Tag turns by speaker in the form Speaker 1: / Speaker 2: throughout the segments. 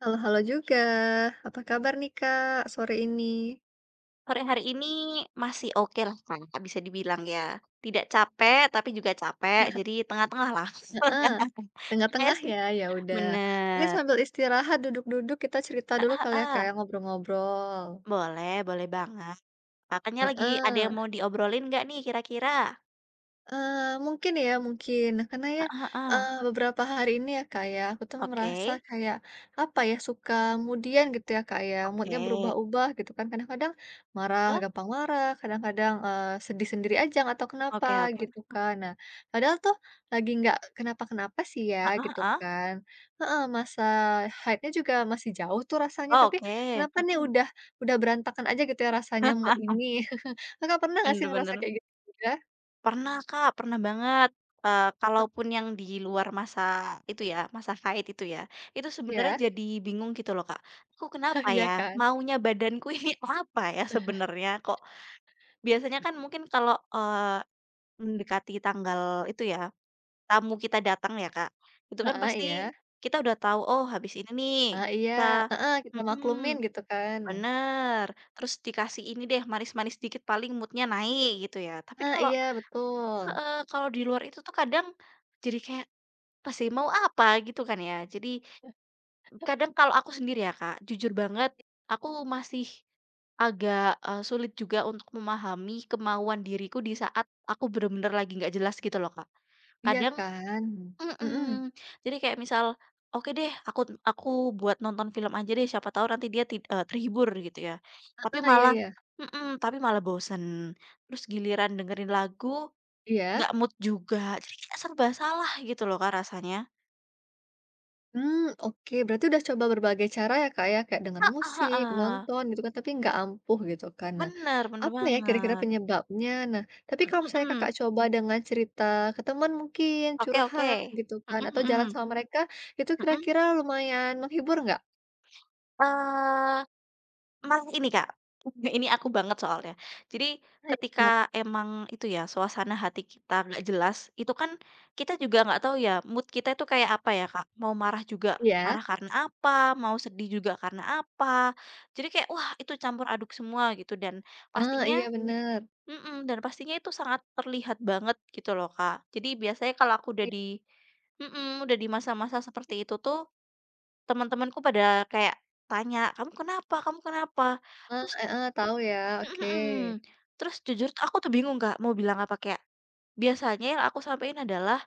Speaker 1: Halo-halo juga. Apa kabar nih, Kak, sore ini?
Speaker 2: Sore hari ini masih okelah Kak, bisa dibilang ya. Tidak capek, tapi juga capek, jadi tengah-tengah lah.
Speaker 1: Heeh,
Speaker 2: Makanya
Speaker 1: tengah-tengah
Speaker 2: sih
Speaker 1: ya? Ya udah. Mungkin
Speaker 2: bener,
Speaker 1: sambil istirahat duduk-duduk kita cerita dulu kali ya, Kak,
Speaker 2: heeh,
Speaker 1: ya, ngobrol-ngobrol.
Speaker 2: boleh boleh banget. Kakaknya lagi ada
Speaker 1: Heeh.
Speaker 2: yang mau diobrolin nggak nih kira-kira?
Speaker 1: Eee, Mungkin ya, mungkin. Karena ya,
Speaker 2: Heeh heeh.
Speaker 1: beberapa hari ini ya, Kak, ya, aku tuh
Speaker 2: Oke
Speaker 1: merasa kayak, apa ya, suka kemudian gitu ya, Kak, ya, mood-nya
Speaker 2: oke.
Speaker 1: berubah-ubah gitu kan. Kadang-kadang marah,
Speaker 2: Hah?
Speaker 1: gampang marah, kadang-kadang, sedih sendiri aja nggak tahu kenapa
Speaker 2: Oke oke.
Speaker 1: gitu kan. Nah, padahal tuh lagi nggak kenapa-kenapa sih ya
Speaker 2: Heeh
Speaker 1: gitu
Speaker 2: heeh.
Speaker 1: kan. Heeh, masa haidnya juga masih jauh tuh rasanya,
Speaker 2: Oh,
Speaker 1: tapi
Speaker 2: oke,
Speaker 1: kenapa nih
Speaker 2: mhm.
Speaker 1: udah berantakan aja gitu ya rasanya mood ini. Kakak pernah nggak sih
Speaker 2: Bener
Speaker 1: ngerasa
Speaker 2: bener.
Speaker 1: kayak gitu juga?
Speaker 2: Pernah Kak, pernah banget, kalaupun yang di luar masa itu ya, masa haid itu ya, itu sebenarnya
Speaker 1: Iya.
Speaker 2: jadi bingung gitu loh Kak, "Aku kenapa
Speaker 1: Iya
Speaker 2: ya?
Speaker 1: kan?
Speaker 2: Maunya badanku ini apa ya sebenarnya? Kok" biasanya kan mungkin kalau, mendekati tanggal itu ya, tamu kita datang ya Kak, itu kan
Speaker 1: Heeh,
Speaker 2: pasti
Speaker 1: iya.
Speaker 2: kita udah tahu, "Oh habis ini nih
Speaker 1: Heeh, iya.
Speaker 2: kita"
Speaker 1: Heeh, kita
Speaker 2: mhm,
Speaker 1: maklumin gitu kan.
Speaker 2: bener, terus dikasih ini deh manis-manis dikit paling moodnya naik gitu ya. Tapi
Speaker 1: Ah
Speaker 2: kalau
Speaker 1: iya betul.
Speaker 2: heeh, kalau di luar itu tuh kadang jadi kayak, apa sih, mau apa gitu kan ya. Jadi kadang kalau aku sendiri ya, Kak, jujur banget aku masih agak, sulit juga untuk memahami kemauan diriku di saat aku bener-bener lagi nggak jelas gitu loh, Kak.
Speaker 1: Iya
Speaker 2: Kadang
Speaker 1: kan? Mhm.
Speaker 2: mhm, jadi kayak misal, "Oke deh aku aku buat nonton film aja deh siapa tahu nanti dia terhibur," gitu ya. Tapi
Speaker 1: Heeh, iya
Speaker 2: malah
Speaker 1: iya.
Speaker 2: mhm, tapi malah bosen. Terus giliran dengerin lagu
Speaker 1: Iya?
Speaker 2: nggak mood juga, jadi kayak serba salah gitu loh Kak, rasanya.
Speaker 1: Mmm, oke. Berarti udah coba berbagai cara ya, Kak, ya, kayak dengan
Speaker 2: Heeh
Speaker 1: musik,
Speaker 2: heeh.
Speaker 1: nonton gitu kan, tapi nggak ampuh gitu kan. Nah,
Speaker 2: Bener bener
Speaker 1: apa ya kira-kira
Speaker 2: banget.
Speaker 1: penyebabnya? Nah, tapi
Speaker 2: Mhm
Speaker 1: kalau misalnya Kakak
Speaker 2: mhm.
Speaker 1: coba dengan cerita ke teman mungkin,
Speaker 2: Oke oke.
Speaker 1: curhat gitu kan,
Speaker 2: Mhm
Speaker 1: atau jalan
Speaker 2: mhm.
Speaker 1: sama mereka, itu
Speaker 2: Mhm.
Speaker 1: kira-kira lumayan menghibur nggak?
Speaker 2: Eee, Malah ini Kak, ini aku banget soalnya. Jadi
Speaker 1: Ah, Iya,
Speaker 2: ketika
Speaker 1: kenap
Speaker 2: emang itu ya, suasana hati kita nggak jelas, itu kan kita juga nggak tahu ya mood kita itu kayak apa ya Kak, mau marah juga
Speaker 1: iya?
Speaker 2: marah karena apa, mau sedih juga karena apa. Jadi kayak, wah itu campur aduk semua gitu dan pastinya
Speaker 1: Iya bener.
Speaker 2: pastinya itu sangat terlihat banget gitu loh, Kak. Jadi biasanya kalau aku udah di masa-masa seperti itu tuh, teman-temanku pada kayak tanya, "Kamu kenapa kamu kenapa?"
Speaker 1: Eee,
Speaker 2: Terus
Speaker 1: heeh, tahu ya,
Speaker 2: mhm
Speaker 1: oke.
Speaker 2: mhm, terus jujur tuh aku tuh bingung, Kak, mau bilang apa kayak biasanya yang aku sampaikan adalah,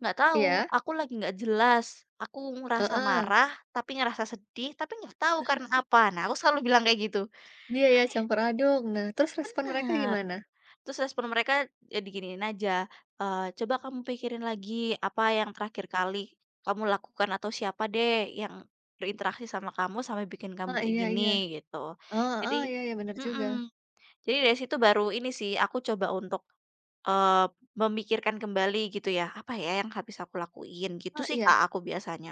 Speaker 2: "Nggak tahu,
Speaker 1: Iya,
Speaker 2: aku lagi nggak jelas, aku ngerasa
Speaker 1: heeh.
Speaker 2: marah, tapi ngerasa sedih, tapi nggak tahu karena apa." Nah, aku selalu bilang kayak gitu.
Speaker 1: Iya
Speaker 2: Kan
Speaker 1: ya, campur aduk. Nah, terus respon mereka
Speaker 2: bener.
Speaker 1: gimana?
Speaker 2: Terus respon mereka ya diginiin aja, "Coba kamu pikirin lagi apa yang terakhir kali kamu lakukan atau siapa deh yang berinteraksi sama kamu sampai bikin kamu
Speaker 1: Oh,
Speaker 2: kayak
Speaker 1: iya
Speaker 2: gini?"
Speaker 1: iya.
Speaker 2: Gitu.
Speaker 1: Oh,
Speaker 2: Jadi
Speaker 1: heeh, iya iya, bener
Speaker 2: mhm,
Speaker 1: juga.
Speaker 2: jadi dari situ baru ini sih aku coba untuk, eee, memikirkan kembali gitu ya, "Apa ya yang habis aku lakuin?" Gitu
Speaker 1: Oh,
Speaker 2: sih, Kak,
Speaker 1: iya?
Speaker 2: aku biasanya.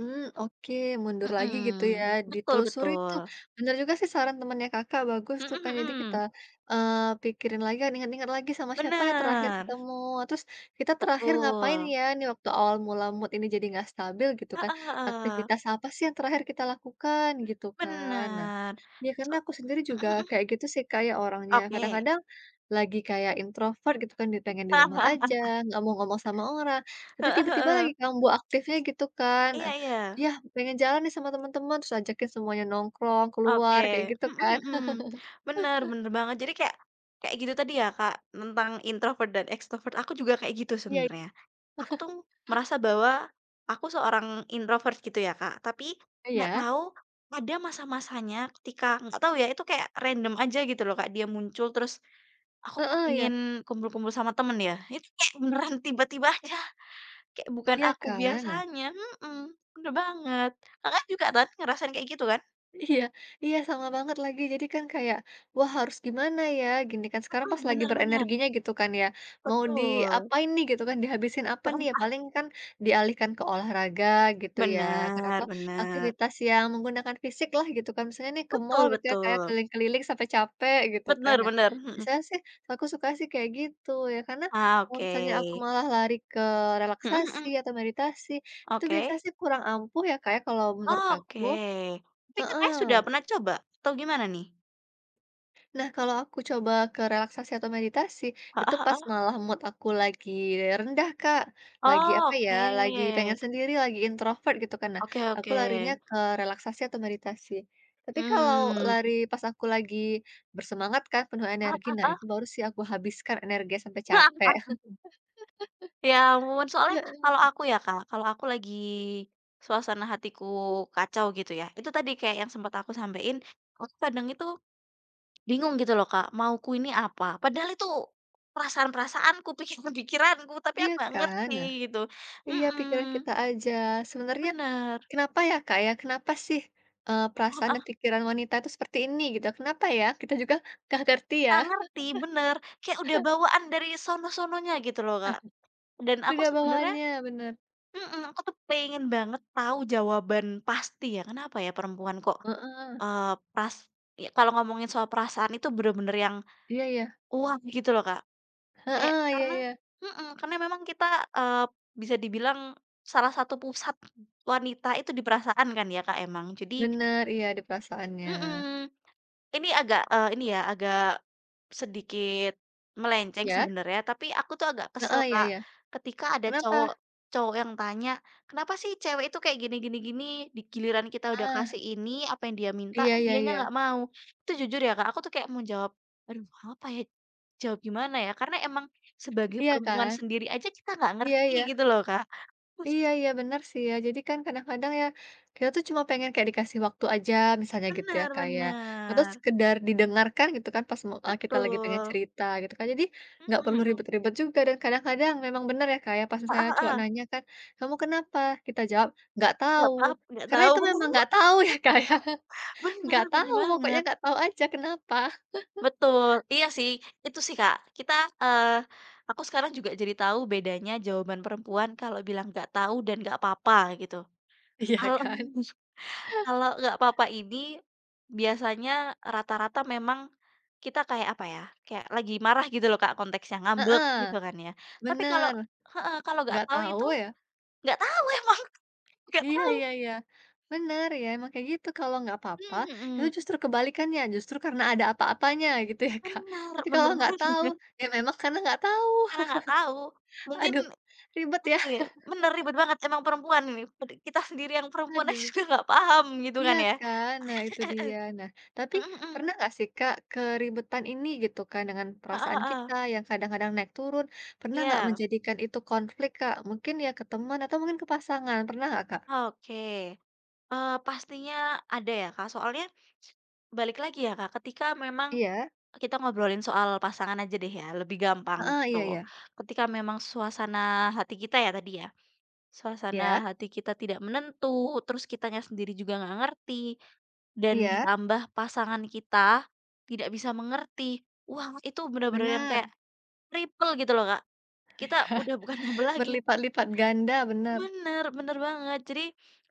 Speaker 1: Mmm, oke, mundur lagi gitu ya,
Speaker 2: Mhm, betul
Speaker 1: ditelusuri
Speaker 2: betul.
Speaker 1: tuh. Bener juga sih saran temennya Kakak, bagus tuh
Speaker 2: Mhm
Speaker 1: kan, jadi kita,
Speaker 2: mhm,
Speaker 1: eee, pikirin lagi kan, ingat-ingat lagi sama siapa ya terakhir
Speaker 2: bener,
Speaker 1: ketemu, terus kita terakhir ngapain
Speaker 2: betul.
Speaker 1: ya, nih waktu awal mula mood ini jadi nggak stabil gitu kan,
Speaker 2: Heeh heeh,
Speaker 1: aktivitas apa sih yang terakhir kita lakukan, gitu kan. Nah
Speaker 2: bener.
Speaker 1: Ya karena
Speaker 2: So
Speaker 1: aku sendiri
Speaker 2: mhm
Speaker 1: juga
Speaker 2: mhm,
Speaker 1: kayak gitu sih kayak orangnya,
Speaker 2: oke.
Speaker 1: kadang-kadang lagi kayak introvert gitu kan di pengen di
Speaker 2: Paham
Speaker 1: rumah
Speaker 2: paham
Speaker 1: aja,
Speaker 2: paham.
Speaker 1: nggak mau ngomong sama orang, tapi
Speaker 2: Heeh
Speaker 1: tiba-tiba
Speaker 2: heeh.
Speaker 1: lagi kambuh aktifnya gitu kan,
Speaker 2: Iya iya.
Speaker 1: yah pengen jalan nih sama teman-teman terus ajakin semuanya nongkrong, keluar, kayak
Speaker 2: Oke.
Speaker 1: gitu
Speaker 2: Mhm
Speaker 1: kan.
Speaker 2: mhm. Bener bener banget. Jadi kayak kayak gitu tadi ya, Kak, tentang introvert dan extrovert, aku juga kayak gitu
Speaker 1: Iya iya
Speaker 2: sebenarnya. Aku tuh merasa bahwa aku seorang introvert gitu ya, Kak, tapi nggak
Speaker 1: iya,
Speaker 2: tahu ada masa-masanya ketika nggak tahu ya, itu kayak random aja gitu loh, Kak, dia muncul terus aku kok
Speaker 1: heeh, ya
Speaker 2: pengen kumpul-kumpul sama temen ya, itu kayak beneran tiba-tiba aja, kayak bukan
Speaker 1: iya
Speaker 2: aku
Speaker 1: kan.
Speaker 2: biasanya, mhm, bener banget. Kakak juga kan ngerasain kayak gitu kan?
Speaker 1: Iya iya, sama banget lagi. Jadi kan kayak, wah harus gimana ya, gini kan. Sekarang pas
Speaker 2: Mhm,
Speaker 1: lagi
Speaker 2: bener bener,
Speaker 1: berenerginya gitu kan ya, mau
Speaker 2: betul.
Speaker 1: diapain nih gitu kan, dihabisin apa nih
Speaker 2: Heeh,
Speaker 1: ya,
Speaker 2: ah,
Speaker 1: paling kan dialihkan ke olahraga gitu ya kan,
Speaker 2: bener bener.
Speaker 1: aktivitas yang menggunakan fisik lah gitu kan. Misalnya nih ke
Speaker 2: Betul
Speaker 1: mall gitu ya, kayak
Speaker 2: betul.
Speaker 1: keliling-keliling sampai capek gitu kan
Speaker 2: Bener
Speaker 1: ya.
Speaker 2: bener, mhm.
Speaker 1: Biasanya sih aku suka sih kayak gitu ya, karena
Speaker 2: Ah,
Speaker 1: kalau misalnya aku
Speaker 2: oke.
Speaker 1: malah lari ke
Speaker 2: Mhm
Speaker 1: relaksasi
Speaker 2: mhm,
Speaker 1: atau meditasi, itu
Speaker 2: oke.
Speaker 1: biasanya sih kurang ampuh ya Kayak kalau menurut
Speaker 2: Oh,
Speaker 1: aku.
Speaker 2: oke. Tapi Kakak
Speaker 1: Heeh.
Speaker 2: sudah pernah coba atau gimana nih?
Speaker 1: Nah, kalau aku coba ke relaksasi atau meditasi, itu
Speaker 2: Heeh
Speaker 1: pas
Speaker 2: heeh.
Speaker 1: malah mood aku lagi rendah, Kak. Lagi apa
Speaker 2: Oh,
Speaker 1: ya, lagi
Speaker 2: oke.
Speaker 1: pengen sendiri, lagi introvert gitu kan. Nah,
Speaker 2: Oke
Speaker 1: aku
Speaker 2: oke.
Speaker 1: larinya ke relaksasi atau meditasi. Tapi kalau
Speaker 2: Mmm.
Speaker 1: lari pas aku lagi bersemangat kan, penuh
Speaker 2: Heeh
Speaker 1: energi, nah
Speaker 2: heeh.
Speaker 1: itu baru sih aku habiskan energi sampai capek.
Speaker 2: Ya ampun, soalnya kalau
Speaker 1: Heeh,
Speaker 2: aku ya, Kak, kalau aku lagi suasana hatiku kacau gitu ya, itu tadi kayak yang sempat aku sampein, aku kadang itu bingung gitu loh, Kak, mauku ini apa? Padahal itu perasaan-perasaanku, pikiran-pikiranku, tapi
Speaker 1: Iya
Speaker 2: aku nggak
Speaker 1: kan?
Speaker 2: ngerti
Speaker 1: Nah,
Speaker 2: gitu.
Speaker 1: iya pikiran
Speaker 2: Mhm,
Speaker 1: kita aja. Sebenarnya
Speaker 2: bener.
Speaker 1: Kenapa ya, Kak, ya? Kenapa sih, perasaan dan
Speaker 2: Heeh,
Speaker 1: pikiran wanita itu seperti ini gitu? Kenapa ya? Kita juga nggak ngerti ya.
Speaker 2: nggak ngerti, bener. Kayak udah bawaan dari sono-sononya gitu loh, Kak. Dan aku
Speaker 1: Beda
Speaker 2: sebenarnya,
Speaker 1: bawaannya, bener.
Speaker 2: mhm, aku tuh pengen banget tahu jawaban pasti ya, kenapa ya perempuan kok
Speaker 1: Heeh.
Speaker 2: Eee, pras ya kalau ngomongin soal perasaan itu bener-bener yang
Speaker 1: Iya iya.
Speaker 2: wah gitu loh, Kak. Kayak
Speaker 1: Heeh, iya
Speaker 2: karena
Speaker 1: iya.
Speaker 2: mhm, karena memang kita, eee, bisa dibilang salah satu pusat wanita itu di perasaan kan ya, Kak, emang. Jadi.
Speaker 1: Bener, iya ada perasaannya.
Speaker 2: Mhm. Ini agak, ini ya, agak sedikit melenceng
Speaker 1: Ya
Speaker 2: sebenarnya, tapi aku tuh agak kesel,
Speaker 1: Heeh, iya
Speaker 2: Kak,
Speaker 1: iya.
Speaker 2: ketika ada cowok
Speaker 1: Kenapa?
Speaker 2: cowok yang tanya, "Kenapa sih cewek itu kayak gini gini gini, di giliran kita udah
Speaker 1: Ah,
Speaker 2: kasih ini, apa yang dia minta,
Speaker 1: iya
Speaker 2: eh,
Speaker 1: iya
Speaker 2: dianya
Speaker 1: iya.
Speaker 2: nggak mau." Itu jujur ya, Kak, aku tuh kayak mau jawab, "Aduh, apa ya, jawab gimana ya?" Karena emang sebagai
Speaker 1: Iya
Speaker 2: perempuan
Speaker 1: kan?
Speaker 2: sendiri aja kita nggak
Speaker 1: Iya
Speaker 2: ngerti
Speaker 1: iya.
Speaker 2: gitu loh, Kak.
Speaker 1: Iya
Speaker 2: Khusus
Speaker 1: iya, benar sih ya. Jadi kan kadang-kadang ya, kita tuh cuma pengen kayak dikasih waktu aja misalnya gitu ya,
Speaker 2: Bener
Speaker 1: kayak Atau
Speaker 2: bener.
Speaker 1: sekedar didengarkan gitu kan pas kita lagi pengen
Speaker 2: Betul.
Speaker 1: cerita gitu kan. Jadi nggak
Speaker 2: Mhm
Speaker 1: perlu
Speaker 2: mhm.
Speaker 1: ribet-ribet juga dan kadang-kadang memang benar ya, kayak pas misalnya
Speaker 2: Heeh
Speaker 1: cowok
Speaker 2: heeh.
Speaker 1: nanya kan, "Kamu kenapa?" Kita jawab, "Nggak tahu."
Speaker 2: Nggak
Speaker 1: Karena
Speaker 2: tahu
Speaker 1: itu memang nggak
Speaker 2: beneran.
Speaker 1: tahu ya, kayak Nggak
Speaker 2: Bener bener
Speaker 1: tahu, pokoknya
Speaker 2: banget,
Speaker 1: nggak tahu aja kenapa,
Speaker 2: betul. Iya sih, itu sih, Kak. Eee, aku sekarang juga jadi tahu bedanya jawaban perempuan kalau bilang nggak tahu dan nggak apa-apa gitu.
Speaker 1: iya
Speaker 2: Kalau
Speaker 1: kan?
Speaker 2: kalau nggak apa-apa ini biasanya rata-rata memang kita kayak apa ya, kayak lagi marah gitu loh, Kak, konteksnya, ngambek
Speaker 1: Heeh,
Speaker 2: gitu kan ya. Tapi kalau
Speaker 1: bener.
Speaker 2: heeh, kalau nggak
Speaker 1: Nggak
Speaker 2: tahu
Speaker 1: tahu
Speaker 2: itu
Speaker 1: ya
Speaker 2: nggak tahu emang, nggak
Speaker 1: Iya
Speaker 2: tahu.
Speaker 1: iya iya, bener ya, emang kayak gitu kalau nggak apa-apa,
Speaker 2: Mhm
Speaker 1: itu
Speaker 2: mhm.
Speaker 1: justru kebalikannya, justru karena ada apa-apanya gitu ya, Kak.
Speaker 2: Bener
Speaker 1: Tapi kalau
Speaker 2: bener
Speaker 1: nggak tahu,
Speaker 2: banget.
Speaker 1: ya memang karena nggak tahu.
Speaker 2: Karena nggak tahu, mungkin
Speaker 1: Aduh, ribet ya,
Speaker 2: itu ya, bener ribet banget emang perempuan ini, kita sendiri yang perempuan aja
Speaker 1: aduh.
Speaker 2: juga nggak paham gitu
Speaker 1: Iya
Speaker 2: kan ya.
Speaker 1: kan? Nah itu dia. Nah, tapi
Speaker 2: Mhm mhm,
Speaker 1: pernah nggak sih Kak, keribetan ini gitu kan dengan
Speaker 2: heeh
Speaker 1: perasaan
Speaker 2: heeh,
Speaker 1: kita yang kadang-kadang naik turun, pernah nggak
Speaker 2: iya,
Speaker 1: menjadikan itu konflik Kak? Mungkin ya ke teman atau mungkin ke pasangan, pernah nggak Kak?
Speaker 2: oke. Pastinya ada ya, Kak, soalnya balik lagi ya, Kak, ketika memang
Speaker 1: Iya,
Speaker 2: kita ngobrolin soal pasangan aja deh ya, lebih gampang
Speaker 1: Ah
Speaker 2: gitu.
Speaker 1: iya iya.
Speaker 2: Ketika memang suasana hati kita ya tadi ya Suasana
Speaker 1: Iya,
Speaker 2: hati kita tidak menentu, terus kitanya sendiri juga nggak ngerti, dan
Speaker 1: iya,
Speaker 2: ditambah pasangan kita tidak bisa mengerti. Wah, itu bener-bener yang
Speaker 1: benar.
Speaker 2: kayak triple gitu loh, Kak. Kita udah bukan ngambek lagi.
Speaker 1: Berlipat-lipat ganda, bener.
Speaker 2: Bener, bener banget. Jadi,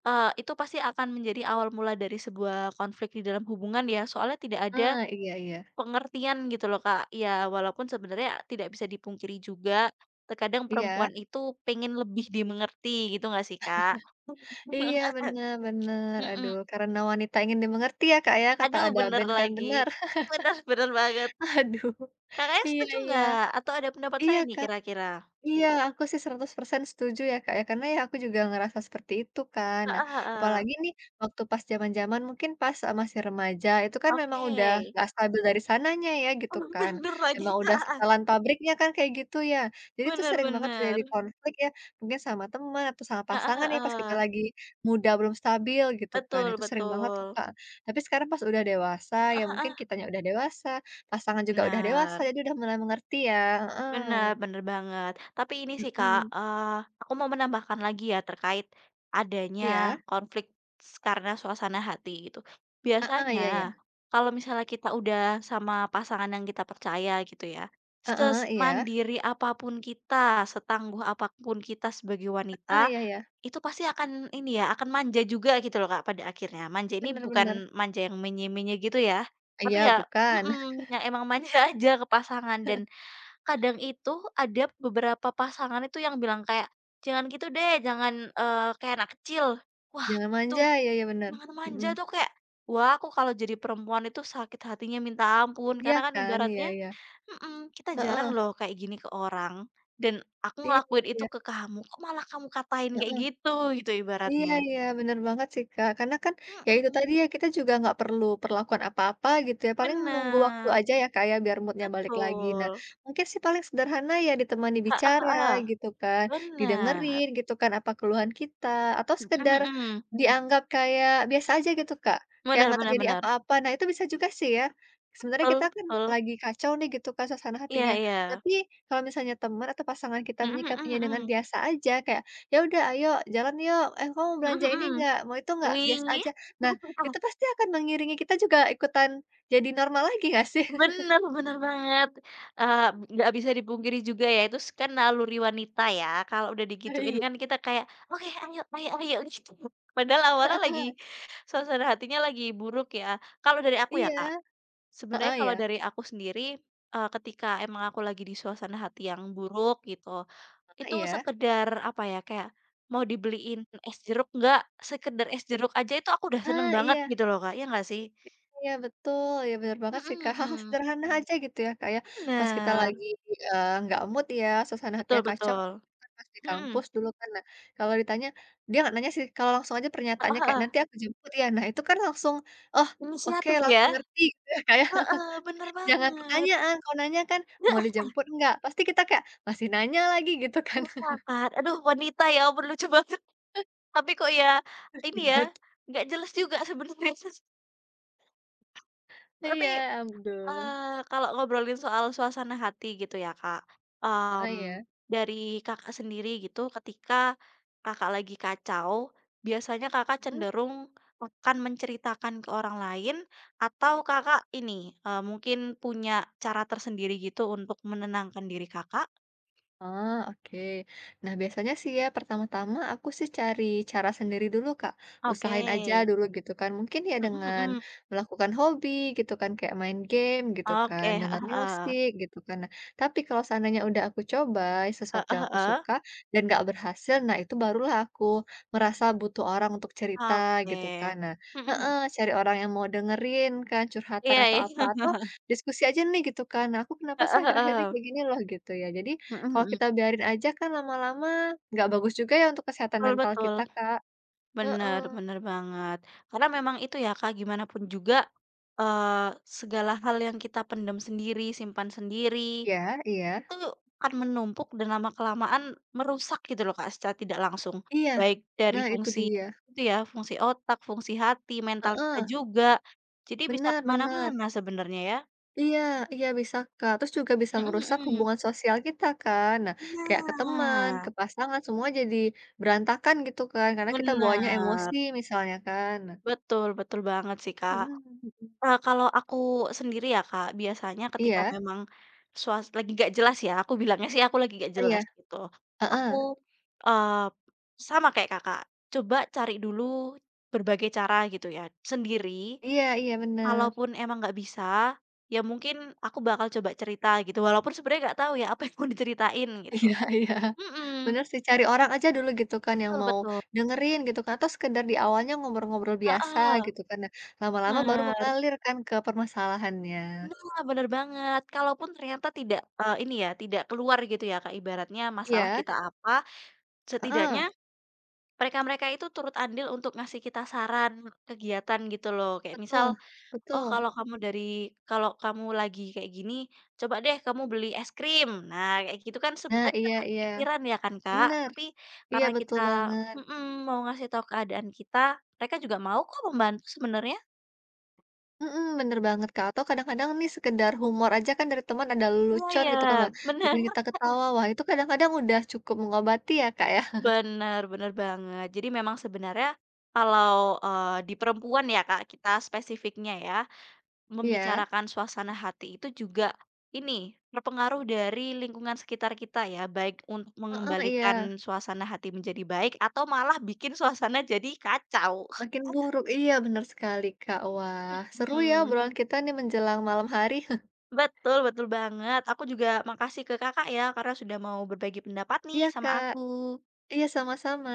Speaker 2: itu pasti akan menjadi awal mula dari sebuah konflik di dalam hubungan ya, soalnya tidak ada
Speaker 1: Ah, iya iya.
Speaker 2: pengertian gitu loh, Kak. Ya walaupun sebenarnya tidak bisa dipungkiri juga, terkadang perempuan
Speaker 1: Iya
Speaker 2: itu pengen lebih dimengerti gitu nggak sih, Kak?
Speaker 1: iya, bener bener.
Speaker 2: Mhm.
Speaker 1: Aduh, karena wanita ingin dimengerti ya, Kak, ya, kata
Speaker 2: Aduh
Speaker 1: ada
Speaker 2: bener
Speaker 1: band kan,
Speaker 2: lagi.
Speaker 1: bener.
Speaker 2: Bener bener banget.
Speaker 1: Aduh,
Speaker 2: Kakaknya
Speaker 1: iya
Speaker 2: setuju
Speaker 1: iya.
Speaker 2: nggak? Atau ada pendapat
Speaker 1: Iya,
Speaker 2: lain nih
Speaker 1: Kak.
Speaker 2: kira-kira?
Speaker 1: Iya, aku sih 100% setuju ya, Kak, ya, karena ya aku juga ngerasa seperti itu kan. Nah,
Speaker 2: Heeh heeh.
Speaker 1: apalagi nih waktu pas zaman-zaman mungkin pas, masih remaja itu kan memang udah
Speaker 2: Oke.
Speaker 1: nggak stabil dari sananya ya gitu
Speaker 2: Oh
Speaker 1: kan,
Speaker 2: bener lagi,
Speaker 1: emang udah
Speaker 2: heeh.
Speaker 1: setelan pabriknya kan kayak gitu ya. Jadi tuh
Speaker 2: Bener
Speaker 1: sering banget terjadi
Speaker 2: bener.
Speaker 1: konflik ya, mungkin sama teman atau sama
Speaker 2: Heeh
Speaker 1: pasangan ya pas kita
Speaker 2: heeh.
Speaker 1: lagi muda belum stabil gitu kan,
Speaker 2: Betul
Speaker 1: itu sering banget
Speaker 2: betul.
Speaker 1: tuh, Kak. Tapi sekarang pas udah dewasa ya
Speaker 2: Heeh
Speaker 1: mungkin
Speaker 2: heeh.
Speaker 1: kitanya udah dewasa, pasangan juga udah dewasa,
Speaker 2: Benar.
Speaker 1: jadi udah mulai mengerti ya,
Speaker 2: Bener
Speaker 1: heeh,
Speaker 2: bener banget. Tapi ini sih Kak,
Speaker 1: mhm.
Speaker 2: aku mau menambahkan lagi ya terkait adanya
Speaker 1: Iya,
Speaker 2: konflik karena suasana hati gitu.
Speaker 1: heeh,
Speaker 2: Biasanya
Speaker 1: iya iya,
Speaker 2: kalau misalnya kita udah sama pasangan yang kita percaya gitu ya,
Speaker 1: heeh, iya,
Speaker 2: semandiri apapun kita, setangguh apapun kita sebagai wanita,
Speaker 1: heeh, iya iya,
Speaker 2: itu pasti akan ini ya, akan manja juga gitu loh Kak pada akhirnya. Manja ini
Speaker 1: bener bener.
Speaker 2: bukan manja yang menye-menye gitu ya, tapi
Speaker 1: Iya,
Speaker 2: ya,
Speaker 1: bukan,
Speaker 2: mhm, yang emang manja aja ke pasangan dan kadang itu ada beberapa pasangan itu yang bilang kayak, "Jangan gitu deh, jangan, kayak anak kecil." Wah,
Speaker 1: jangan manja,
Speaker 2: itu
Speaker 1: iya iya, bener,
Speaker 2: jangan
Speaker 1: mhm,
Speaker 2: manja tuh kayak, wah aku kalau jadi perempuan itu sakit hatinya minta ampun,
Speaker 1: iya
Speaker 2: karena kan
Speaker 1: kan, iya
Speaker 2: ibaratnya
Speaker 1: iya,
Speaker 2: mhm, kita jarang
Speaker 1: heeh,
Speaker 2: loh kayak gini ke orang, dan aku
Speaker 1: iya
Speaker 2: ngelakuin itu
Speaker 1: iya,
Speaker 2: ke kamu, kok malah kamu katain kayak
Speaker 1: heeh.
Speaker 2: gitu, gitu
Speaker 1: Iya
Speaker 2: ibaratnya.
Speaker 1: iya, bener banget sih, Kak. Karena kan, ya itu
Speaker 2: Mhm,
Speaker 1: tadi ya, kita juga nggak perlu perlakuan apa-apa gitu ya, paling menunggu waktu
Speaker 2: bener,
Speaker 1: aja ya, Kak, ya, biar moodnya balik lagi. Nah,
Speaker 2: betul.
Speaker 1: mungkin sih paling sederhana ya ditemani
Speaker 2: Heeh
Speaker 1: bicara
Speaker 2: heeh,
Speaker 1: gitu kan,
Speaker 2: bener.
Speaker 1: didengerin gitu kan apa keluhan kita, atau
Speaker 2: Mhm
Speaker 1: sekedar
Speaker 2: mhm,
Speaker 1: dianggap kayak biasa aja gitu, Kak, kayak
Speaker 2: bener
Speaker 1: nggak
Speaker 2: bener
Speaker 1: terjadi
Speaker 2: bener.
Speaker 1: apa-apa. Nah, itu bisa juga sih ya. Sebenarnya
Speaker 2: Betul
Speaker 1: kita kan
Speaker 2: betul.
Speaker 1: lagi kacau nih gitu kan suasana
Speaker 2: Iya
Speaker 1: hatinya,
Speaker 2: iya.
Speaker 1: tapi kalau misalnya teman atau pasangan kita
Speaker 2: Mhm mhm
Speaker 1: menyikapinya dengan
Speaker 2: mhm.
Speaker 1: biasa aja, kayak "Ya udah ayo, jalan yuk, eh kamu mau
Speaker 2: Mhm
Speaker 1: belanja ini
Speaker 2: mhm.
Speaker 1: nggak? Mau itu nggak?" Biasa aja.
Speaker 2: Wingit.
Speaker 1: Nah, itu pasti akan mengiringi kita juga ikutan jadi normal lagi nggak sih?
Speaker 2: Bener bener banget, eee, nggak bisa dipungkiri juga ya itu kan naluri wanita ya, kalau udah digituin
Speaker 1: Iya,
Speaker 2: kan kita kayak, "Oke ayo ayo ayo," gitu. Padahal awalnya
Speaker 1: heeh,
Speaker 2: lagi suasana hatinya lagi buruk ya. Kalau dari aku ya,
Speaker 1: iya,
Speaker 2: Kak, sebenarnya
Speaker 1: heeh,
Speaker 2: kalau
Speaker 1: ya,
Speaker 2: dari aku sendiri, ketika emang aku lagi di suasana hati yang buruk gitu,
Speaker 1: heeh,
Speaker 2: itu
Speaker 1: iya.
Speaker 2: sekedar apa ya, kayak mau dibeliin es jeruk nggak, sekedar es jeruk aja itu aku udah seneng
Speaker 1: Ah,
Speaker 2: banget
Speaker 1: iya
Speaker 2: gitu loh, Kak, ya nggak sih?
Speaker 1: iya betul, iya benar banget sih,
Speaker 2: Mhm
Speaker 1: Kak, hal-hal
Speaker 2: mhm,
Speaker 1: sederhana aja gitu ya, Kak, ya. Pas kita
Speaker 2: bener,
Speaker 1: lagi, nggak mood ya, suasana
Speaker 2: betul
Speaker 1: hatinya kacau,
Speaker 2: betul,
Speaker 1: kan pas di
Speaker 2: mhm,
Speaker 1: kampus dulu kan, nah kalau ditanya, dia nggak nanya sih, kalau langsung aja
Speaker 2: heeh
Speaker 1: pernyataannya kayak,
Speaker 2: heeh,
Speaker 1: "Nanti aku jemput ya." Nah itu kan langsung, oh oke
Speaker 2: inisiatif ya,
Speaker 1: langsung ngerti gitu ya, Kak, ya.
Speaker 2: heeh, bener
Speaker 1: Jangan
Speaker 2: banget,
Speaker 1: pertanyaan, kalau nanya kan, "Mau
Speaker 2: heeh,
Speaker 1: dijemput nggak?" Pasti kita kayak, "Masih nanya lagi," gitu kan,
Speaker 2: bisa kan, aduh wanita ya ampun lucu banget, tapi kok ya ini ya,
Speaker 1: ribet.
Speaker 2: nggak jelas juga sebenarnya, tapi
Speaker 1: Iya, aduh.
Speaker 2: Kalau ngobrolin soal suasana hati gitu ya, Kak, mmm,
Speaker 1: Heeh, ya.
Speaker 2: dari Kakak sendiri gitu ketika Kakak lagi kacau, biasanya Kakak
Speaker 1: Mhm.
Speaker 2: cenderung akan menceritakan ke orang lain atau Kakak ini, mungkin punya cara tersendiri gitu untuk menenangkan diri Kakak?
Speaker 1: Ah, oke. Nah, biasanya sih ya, pertama-tama aku sih cari cara sendiri dulu, Kak.
Speaker 2: Oke,
Speaker 1: Usahain aja dulu gitu kan. Mungkin ya
Speaker 2: mhm
Speaker 1: dengan
Speaker 2: mhm,
Speaker 1: melakukan hobi gitu kan, kayak main game gitu
Speaker 2: oke,
Speaker 1: kan,
Speaker 2: heeh
Speaker 1: dengar
Speaker 2: heeh,
Speaker 1: musik gitu kan. Nah, tapi kalau seandainya udah aku coba sesuatu
Speaker 2: heeh
Speaker 1: yang aku
Speaker 2: heeh,
Speaker 1: suka dan gak berhasil, nah itu barulah aku merasa butuh orang untuk cerita
Speaker 2: oke,
Speaker 1: gitu kan. Nah,
Speaker 2: mhm mhm,
Speaker 1: heeh, cari orang yang mau dengerin kan, curhatan
Speaker 2: iya
Speaker 1: atau
Speaker 2: iya,
Speaker 1: apa. Atau diskusi aja nih gitu kan. Nah, aku kenapa sih
Speaker 2: heeh
Speaker 1: akhir-akhir ini
Speaker 2: heeh,
Speaker 1: kayak gini loh gitu ya. Jadi
Speaker 2: mhm
Speaker 1: kalau
Speaker 2: mhm,
Speaker 1: kita biarin aja kan lama-lama nggak bagus juga ya untuk kesehatan
Speaker 2: betul
Speaker 1: mental
Speaker 2: betul.
Speaker 1: kita, Kak.
Speaker 2: Bener
Speaker 1: Heeh.
Speaker 2: bener banget. Karena memang itu ya Kak, gimana pun juga, eee, segala hal yang kita pendam sendiri, simpan sendiri,
Speaker 1: Iya iya.
Speaker 2: itu akan menumpuk dan lama-kelamaan merusak gitu loh Kak, secara tidak langsung.
Speaker 1: Iya.
Speaker 2: Baik dari
Speaker 1: Nah itu
Speaker 2: fungsi
Speaker 1: dia.
Speaker 2: itu ya, fungsi otak, fungsi hati, mental kita
Speaker 1: Heeh.
Speaker 2: juga. Jadi bisa
Speaker 1: Benar
Speaker 2: kemana
Speaker 1: benar.
Speaker 2: mana sebenarnya ya.
Speaker 1: Iya iya bisa, Kak. Terus juga bisa
Speaker 2: Mhm
Speaker 1: merusak
Speaker 2: mhm.
Speaker 1: hubungan sosial kita kan. Nah kayak ke teman,
Speaker 2: Nah,
Speaker 1: ke pasangan semua jadi berantakan gitu kan karena kita
Speaker 2: benar.
Speaker 1: bawanya emosi misalnya kan. Nah
Speaker 2: Betul betul banget sih Kak.
Speaker 1: mhm mhm.
Speaker 2: Kalau aku sendiri ya, Kak, biasanya ketika
Speaker 1: Iya
Speaker 2: memang lagi nggak jelas ya, aku bilangnya sih aku lagi nggak
Speaker 1: iya.
Speaker 2: jelas gitu. Aku,
Speaker 1: Heeh.
Speaker 2: eee, sama kayak Kakak, coba cari dulu berbagai cara gitu ya, sendiri.
Speaker 1: Iya iya benar.
Speaker 2: Kalaupun emang nggak bisa, ya mungkin aku bakal coba cerita gitu, walaupun sebenarnya nggak tahu ya apa yang mau diceritain gitu.
Speaker 1: Iya iya.
Speaker 2: Mhm,
Speaker 1: Bener sih, cari orang aja dulu gitu kan yang
Speaker 2: betul
Speaker 1: mau
Speaker 2: betul.
Speaker 1: dengerin gitu kan, atau sekedar di awalnya ngobrol-ngobrol biasa
Speaker 2: Heeh,
Speaker 1: gitu kan. Nah, lama-lama baru
Speaker 2: bener.
Speaker 1: mengalir kan ke permasalahannya.
Speaker 2: Nah, bener banget. Kalaupun ternyata tidak, ini ya, tidak keluar gitu ya, Kak, ibaratnya masalah
Speaker 1: Iya,
Speaker 2: kita apa, setidaknya
Speaker 1: heeh,
Speaker 2: mereka-mereka itu turut andil untuk ngasih kita saran kegiatan gitu loh. Kayak misal,
Speaker 1: betul
Speaker 2: "Oh,
Speaker 1: betul.
Speaker 2: kalau kamu lagi kayak gini, coba deh kamu beli es krim." Nah, kayak gitu kan
Speaker 1: Nah,
Speaker 2: sebenarnya kita
Speaker 1: iya
Speaker 2: nggak
Speaker 1: iya,
Speaker 2: kepikiran ya kan, Kak,
Speaker 1: benar
Speaker 2: tapi
Speaker 1: iya
Speaker 2: karena
Speaker 1: betul
Speaker 2: kita
Speaker 1: banget,
Speaker 2: mhm, mau ngasih tahu keadaan kita, mereka juga mau kok membantu sebenarnya.
Speaker 1: mhm, bener banget, Kak, atau kadang-kadang nih sekedar humor aja kan dari teman ada
Speaker 2: Iya,
Speaker 1: lelucon gitu kan,
Speaker 2: ya,
Speaker 1: wah,
Speaker 2: bener.
Speaker 1: bikin kita ketawa, wah itu kadang-kadang udah cukup mengobati ya, Kak, ya.
Speaker 2: Bener bener banget. Jadi memang sebenarnya kalau, di perempuan ya Kak, kita spesifiknya ya,
Speaker 1: Iya,
Speaker 2: membicarakan suasana hati itu juga ini, terpengaruh dari lingkungan sekitar kita ya, baik untuk
Speaker 1: heeh, iya.
Speaker 2: mengembalikan suasana hati menjadi baik atau malah bikin suasana jadi kacau.
Speaker 1: Makin buruk, iya benar sekali, Kak. Wah, seru ya
Speaker 2: Mhm,
Speaker 1: obrolan kita nih menjelang malam hari.
Speaker 2: betul betul banget. Aku juga makasih ke Kakak ya, karena sudah mau berbagi pendapat nih
Speaker 1: Iya,
Speaker 2: sama
Speaker 1: Kak.
Speaker 2: aku.
Speaker 1: Iya, sama-sama.